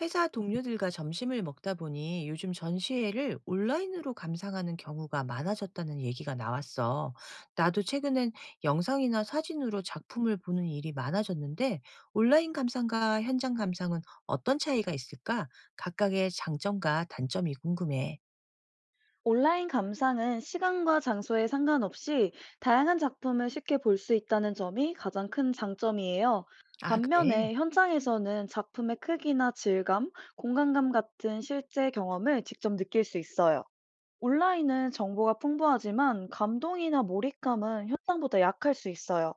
회사 동료들과 점심을 먹다 보니 요즘 전시회를 온라인으로 감상하는 경우가 많아졌다는 얘기가 나왔어. 나도 최근엔 영상이나 사진으로 작품을 보는 일이 많아졌는데 온라인 감상과 현장 감상은 어떤 차이가 있을까? 각각의 장점과 단점이 궁금해. 온라인 감상은 시간과 장소에 상관없이 다양한 작품을 쉽게 볼 수 있다는 점이 가장 큰 장점이에요. 아, 그래. 반면에 현장에서는 작품의 크기나 질감, 공간감 같은 실제 경험을 직접 느낄 수 있어요. 온라인은 정보가 풍부하지만 감동이나 몰입감은 현장보다 약할 수 있어요.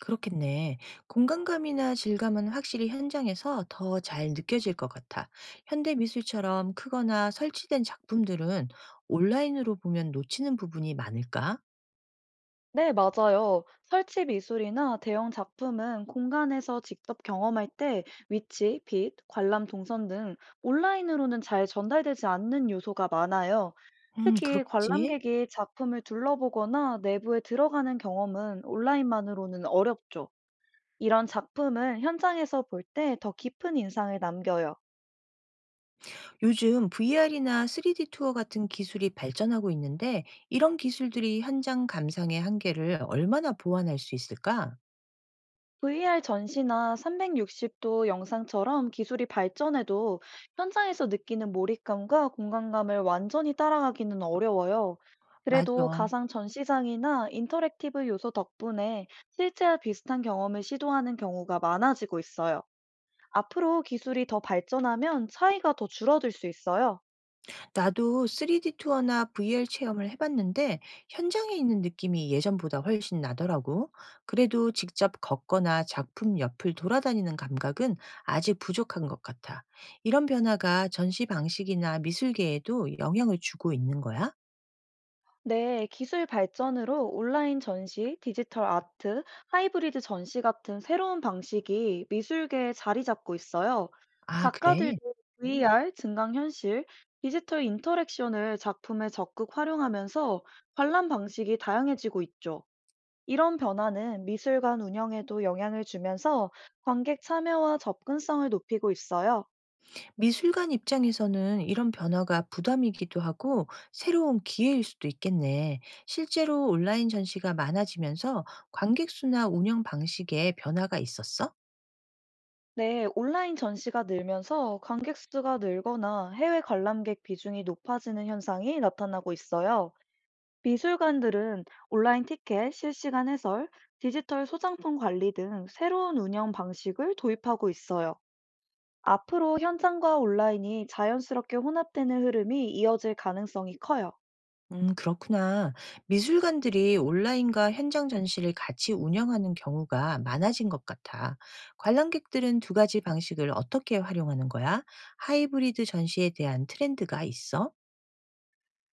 그렇겠네. 공간감이나 질감은 확실히 현장에서 더 잘 느껴질 것 같아. 현대 미술처럼 크거나 설치된 작품들은 온라인으로 보면 놓치는 부분이 많을까? 네, 맞아요. 설치 미술이나 대형 작품은 공간에서 직접 경험할 때 위치, 빛, 관람 동선 등 온라인으로는 잘 전달되지 않는 요소가 많아요. 특히 그렇겠지. 관람객이 작품을 둘러보거나 내부에 들어가는 경험은 온라인만으로는 어렵죠. 이런 작품은 현장에서 볼 때 더 깊은 인상을 남겨요. 요즘 VR이나 3D 투어 같은 기술이 발전하고 있는데 이런 기술들이 현장 감상의 한계를 얼마나 보완할 수 있을까? VR 전시나 360도 영상처럼 기술이 발전해도 현장에서 느끼는 몰입감과 공간감을 완전히 따라가기는 어려워요. 그래도 맞아. 가상 전시장이나 인터랙티브 요소 덕분에 실제와 비슷한 경험을 시도하는 경우가 많아지고 있어요. 앞으로 기술이 더 발전하면 차이가 더 줄어들 수 있어요. 나도 3D 투어나 VR 체험을 해봤는데 현장에 있는 느낌이 예전보다 훨씬 나더라고. 그래도 직접 걷거나 작품 옆을 돌아다니는 감각은 아직 부족한 것 같아. 이런 변화가 전시 방식이나 미술계에도 영향을 주고 있는 거야? 네, 기술 발전으로 온라인 전시, 디지털 아트, 하이브리드 전시 같은 새로운 방식이 미술계에 자리 잡고 있어요. 아, 그래. 작가들도 VR, 증강현실, 디지털 인터랙션을 작품에 적극 활용하면서 관람 방식이 다양해지고 있죠. 이런 변화는 미술관 운영에도 영향을 주면서 관객 참여와 접근성을 높이고 있어요. 미술관 입장에서는 이런 변화가 부담이기도 하고 새로운 기회일 수도 있겠네. 실제로 온라인 전시가 많아지면서 관객 수나 운영 방식에 변화가 있었어? 네, 온라인 전시가 늘면서 관객 수가 늘거나 해외 관람객 비중이 높아지는 현상이 나타나고 있어요. 미술관들은 온라인 티켓, 실시간 해설, 디지털 소장품 관리 등 새로운 운영 방식을 도입하고 있어요. 앞으로 현장과 온라인이 자연스럽게 혼합되는 흐름이 이어질 가능성이 커요. 그렇구나. 미술관들이 온라인과 현장 전시를 같이 운영하는 경우가 많아진 것 같아. 관람객들은 두 가지 방식을 어떻게 활용하는 거야? 하이브리드 전시에 대한 트렌드가 있어?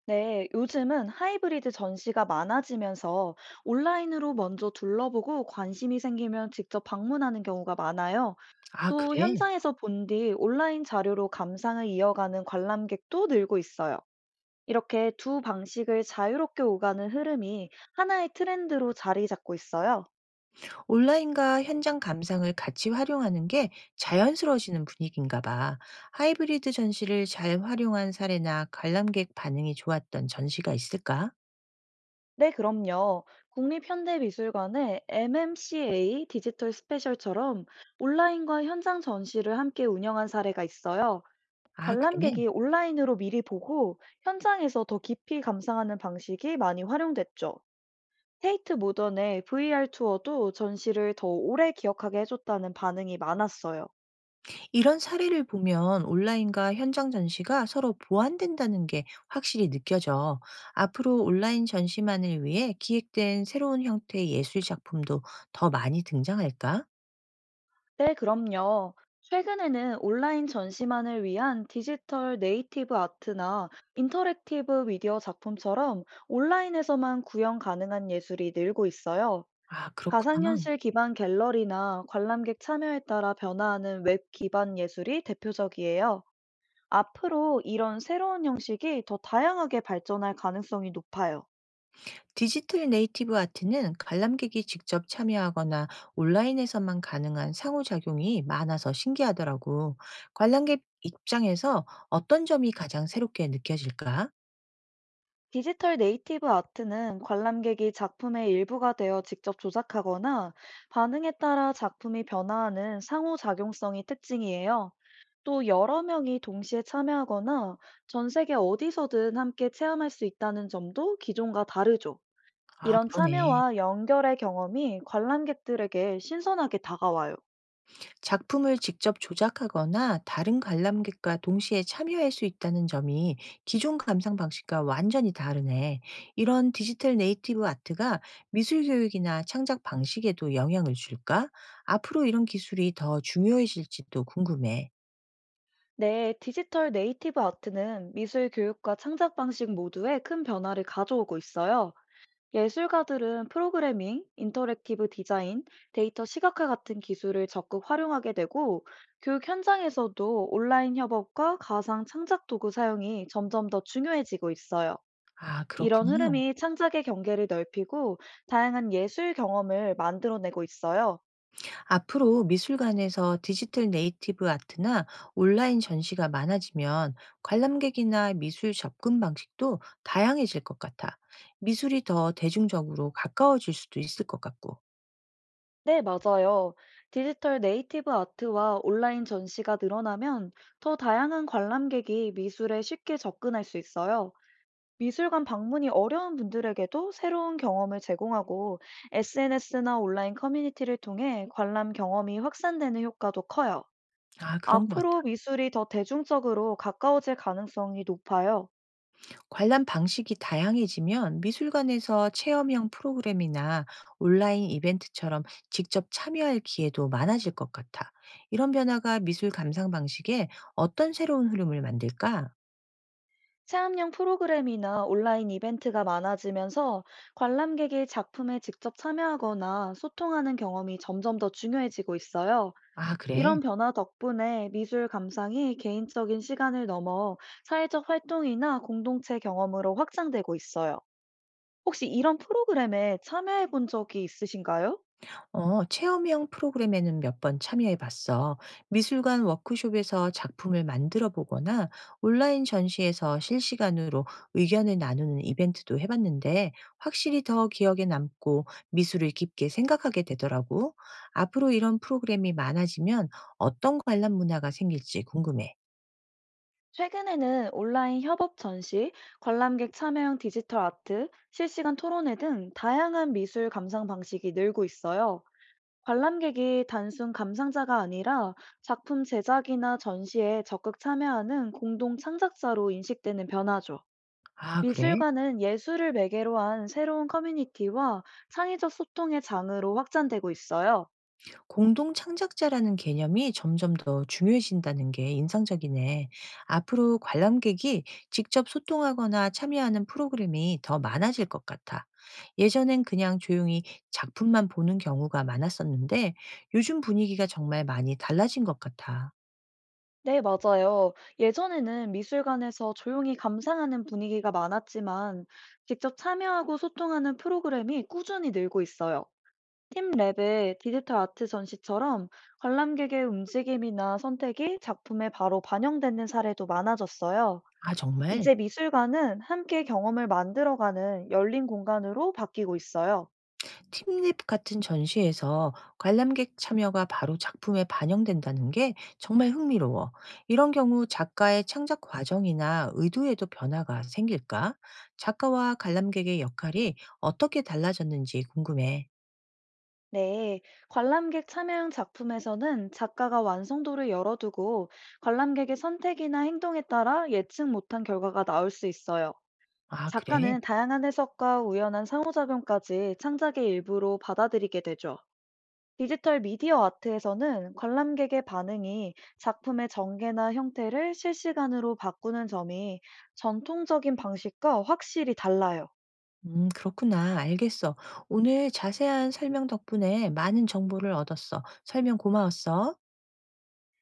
네, 요즘은 하이브리드 전시가 많아지면서 온라인으로 먼저 둘러보고 관심이 생기면 직접 방문하는 경우가 많아요. 아, 또 그래. 현장에서 본 뒤 온라인 자료로 감상을 이어가는 관람객도 늘고 있어요. 이렇게 두 방식을 자유롭게 오가는 흐름이 하나의 트렌드로 자리 잡고 있어요. 온라인과 현장 감상을 같이 활용하는 게 자연스러워지는 분위기인가 봐. 하이브리드 전시를 잘 활용한 사례나 관람객 반응이 좋았던 전시가 있을까? 네, 그럼요. 국립현대미술관의 MMCA 디지털 스페셜처럼 온라인과 현장 전시를 함께 운영한 사례가 있어요. 아, 그래. 관람객이 온라인으로 미리 보고 현장에서 더 깊이 감상하는 방식이 많이 활용됐죠. 테이트 모던의 VR 투어도 전시를 더 오래 기억하게 해줬다는 반응이 많았어요. 이런 사례를 보면 온라인과 현장 전시가 서로 보완된다는 게 확실히 느껴져. 앞으로 온라인 전시만을 위해 기획된 새로운 형태의 예술 작품도 더 많이 등장할까? 네, 그럼요. 최근에는 온라인 전시만을 위한 디지털 네이티브 아트나 인터랙티브 미디어 작품처럼 온라인에서만 구현 가능한 예술이 늘고 있어요. 아, 그렇구나. 가상현실 기반 갤러리나 관람객 참여에 따라 변화하는 웹 기반 예술이 대표적이에요. 앞으로 이런 새로운 형식이 더 다양하게 발전할 가능성이 높아요. 디지털 네이티브 아트는 관람객이 직접 참여하거나 온라인에서만 가능한 상호작용이 많아서 신기하더라고. 관람객 입장에서 어떤 점이 가장 새롭게 느껴질까? 디지털 네이티브 아트는 관람객이 작품의 일부가 되어 직접 조작하거나 반응에 따라 작품이 변화하는 상호작용성이 특징이에요. 또 여러 명이 동시에 참여하거나 전 세계 어디서든 함께 체험할 수 있다는 점도 기존과 다르죠. 아, 이런 그러네. 참여와 연결의 경험이 관람객들에게 신선하게 다가와요. 작품을 직접 조작하거나 다른 관람객과 동시에 참여할 수 있다는 점이 기존 감상 방식과 완전히 다르네. 이런 디지털 네이티브 아트가 미술 교육이나 창작 방식에도 영향을 줄까? 앞으로 이런 기술이 더 중요해질지도 궁금해. 네, 디지털 네이티브 아트는 미술 교육과 창작 방식 모두에 큰 변화를 가져오고 있어요. 예술가들은 프로그래밍, 인터랙티브 디자인, 데이터 시각화 같은 기술을 적극 활용하게 되고, 교육 현장에서도 온라인 협업과 가상 창작 도구 사용이 점점 더 중요해지고 있어요. 아, 이런 그렇구나. 흐름이 창작의 경계를 넓히고 다양한 예술 경험을 만들어내고 있어요. 앞으로 미술관에서 디지털 네이티브 아트나 온라인 전시가 많아지면 관람객이나 미술 접근 방식도 다양해질 것 같아. 미술이 더 대중적으로 가까워질 수도 있을 것 같고. 네, 맞아요. 디지털 네이티브 아트와 온라인 전시가 늘어나면 더 다양한 관람객이 미술에 쉽게 접근할 수 있어요. 미술관 방문이 어려운 분들에게도 새로운 경험을 제공하고 SNS나 온라인 커뮤니티를 통해 관람 경험이 확산되는 효과도 커요. 아, 그런 것 같아. 앞으로 미술이 더 대중적으로 가까워질 가능성이 높아요. 관람 방식이 다양해지면 미술관에서 체험형 프로그램이나 온라인 이벤트처럼 직접 참여할 기회도 많아질 것 같아. 이런 변화가 미술 감상 방식에 어떤 새로운 흐름을 만들까? 체험형 프로그램이나 온라인 이벤트가 많아지면서 관람객이 작품에 직접 참여하거나 소통하는 경험이 점점 더 중요해지고 있어요. 아, 그래. 이런 변화 덕분에 미술 감상이 개인적인 시간을 넘어 사회적 활동이나 공동체 경험으로 확장되고 있어요. 혹시 이런 프로그램에 참여해 본 적이 있으신가요? 어, 체험형 프로그램에는 몇 번 참여해 봤어. 미술관 워크숍에서 작품을 만들어 보거나 온라인 전시에서 실시간으로 의견을 나누는 이벤트도 해봤는데 확실히 더 기억에 남고 미술을 깊게 생각하게 되더라고. 앞으로 이런 프로그램이 많아지면 어떤 관람 문화가 생길지 궁금해. 최근에는 온라인 협업 전시, 관람객 참여형 디지털 아트, 실시간 토론회 등 다양한 미술 감상 방식이 늘고 있어요. 관람객이 단순 감상자가 아니라 작품 제작이나 전시에 적극 참여하는 공동 창작자로 인식되는 변화죠. 아, 그래? 미술관은 예술을 매개로 한 새로운 커뮤니티와 창의적 소통의 장으로 확장되고 있어요. 공동 창작자라는 개념이 점점 더 중요해진다는 게 인상적이네. 앞으로 관람객이 직접 소통하거나 참여하는 프로그램이 더 많아질 것 같아. 예전엔 그냥 조용히 작품만 보는 경우가 많았었는데 요즘 분위기가 정말 많이 달라진 것 같아. 네, 맞아요. 예전에는 미술관에서 조용히 감상하는 분위기가 많았지만 직접 참여하고 소통하는 프로그램이 꾸준히 늘고 있어요. 팀랩의 디지털 아트 전시처럼 관람객의 움직임이나 선택이 작품에 바로 반영되는 사례도 많아졌어요. 아, 정말? 이제 미술관은 함께 경험을 만들어가는 열린 공간으로 바뀌고 있어요. 팀립 같은 전시에서 관람객 참여가 바로 작품에 반영된다는 게 정말 흥미로워. 이런 경우 작가의 창작 과정이나 의도에도 변화가 생길까? 작가와 관람객의 역할이 어떻게 달라졌는지 궁금해. 네, 관람객 참여형 작품에서는 작가가 완성도를 열어두고 관람객의 선택이나 행동에 따라 예측 못한 결과가 나올 수 있어요. 아, 그래? 작가는 다양한 해석과 우연한 상호작용까지 창작의 일부로 받아들이게 되죠. 디지털 미디어 아트에서는 관람객의 반응이 작품의 전개나 형태를 실시간으로 바꾸는 점이 전통적인 방식과 확실히 달라요. 그렇구나. 알겠어. 오늘 자세한 설명 덕분에 많은 정보를 얻었어. 설명 고마웠어.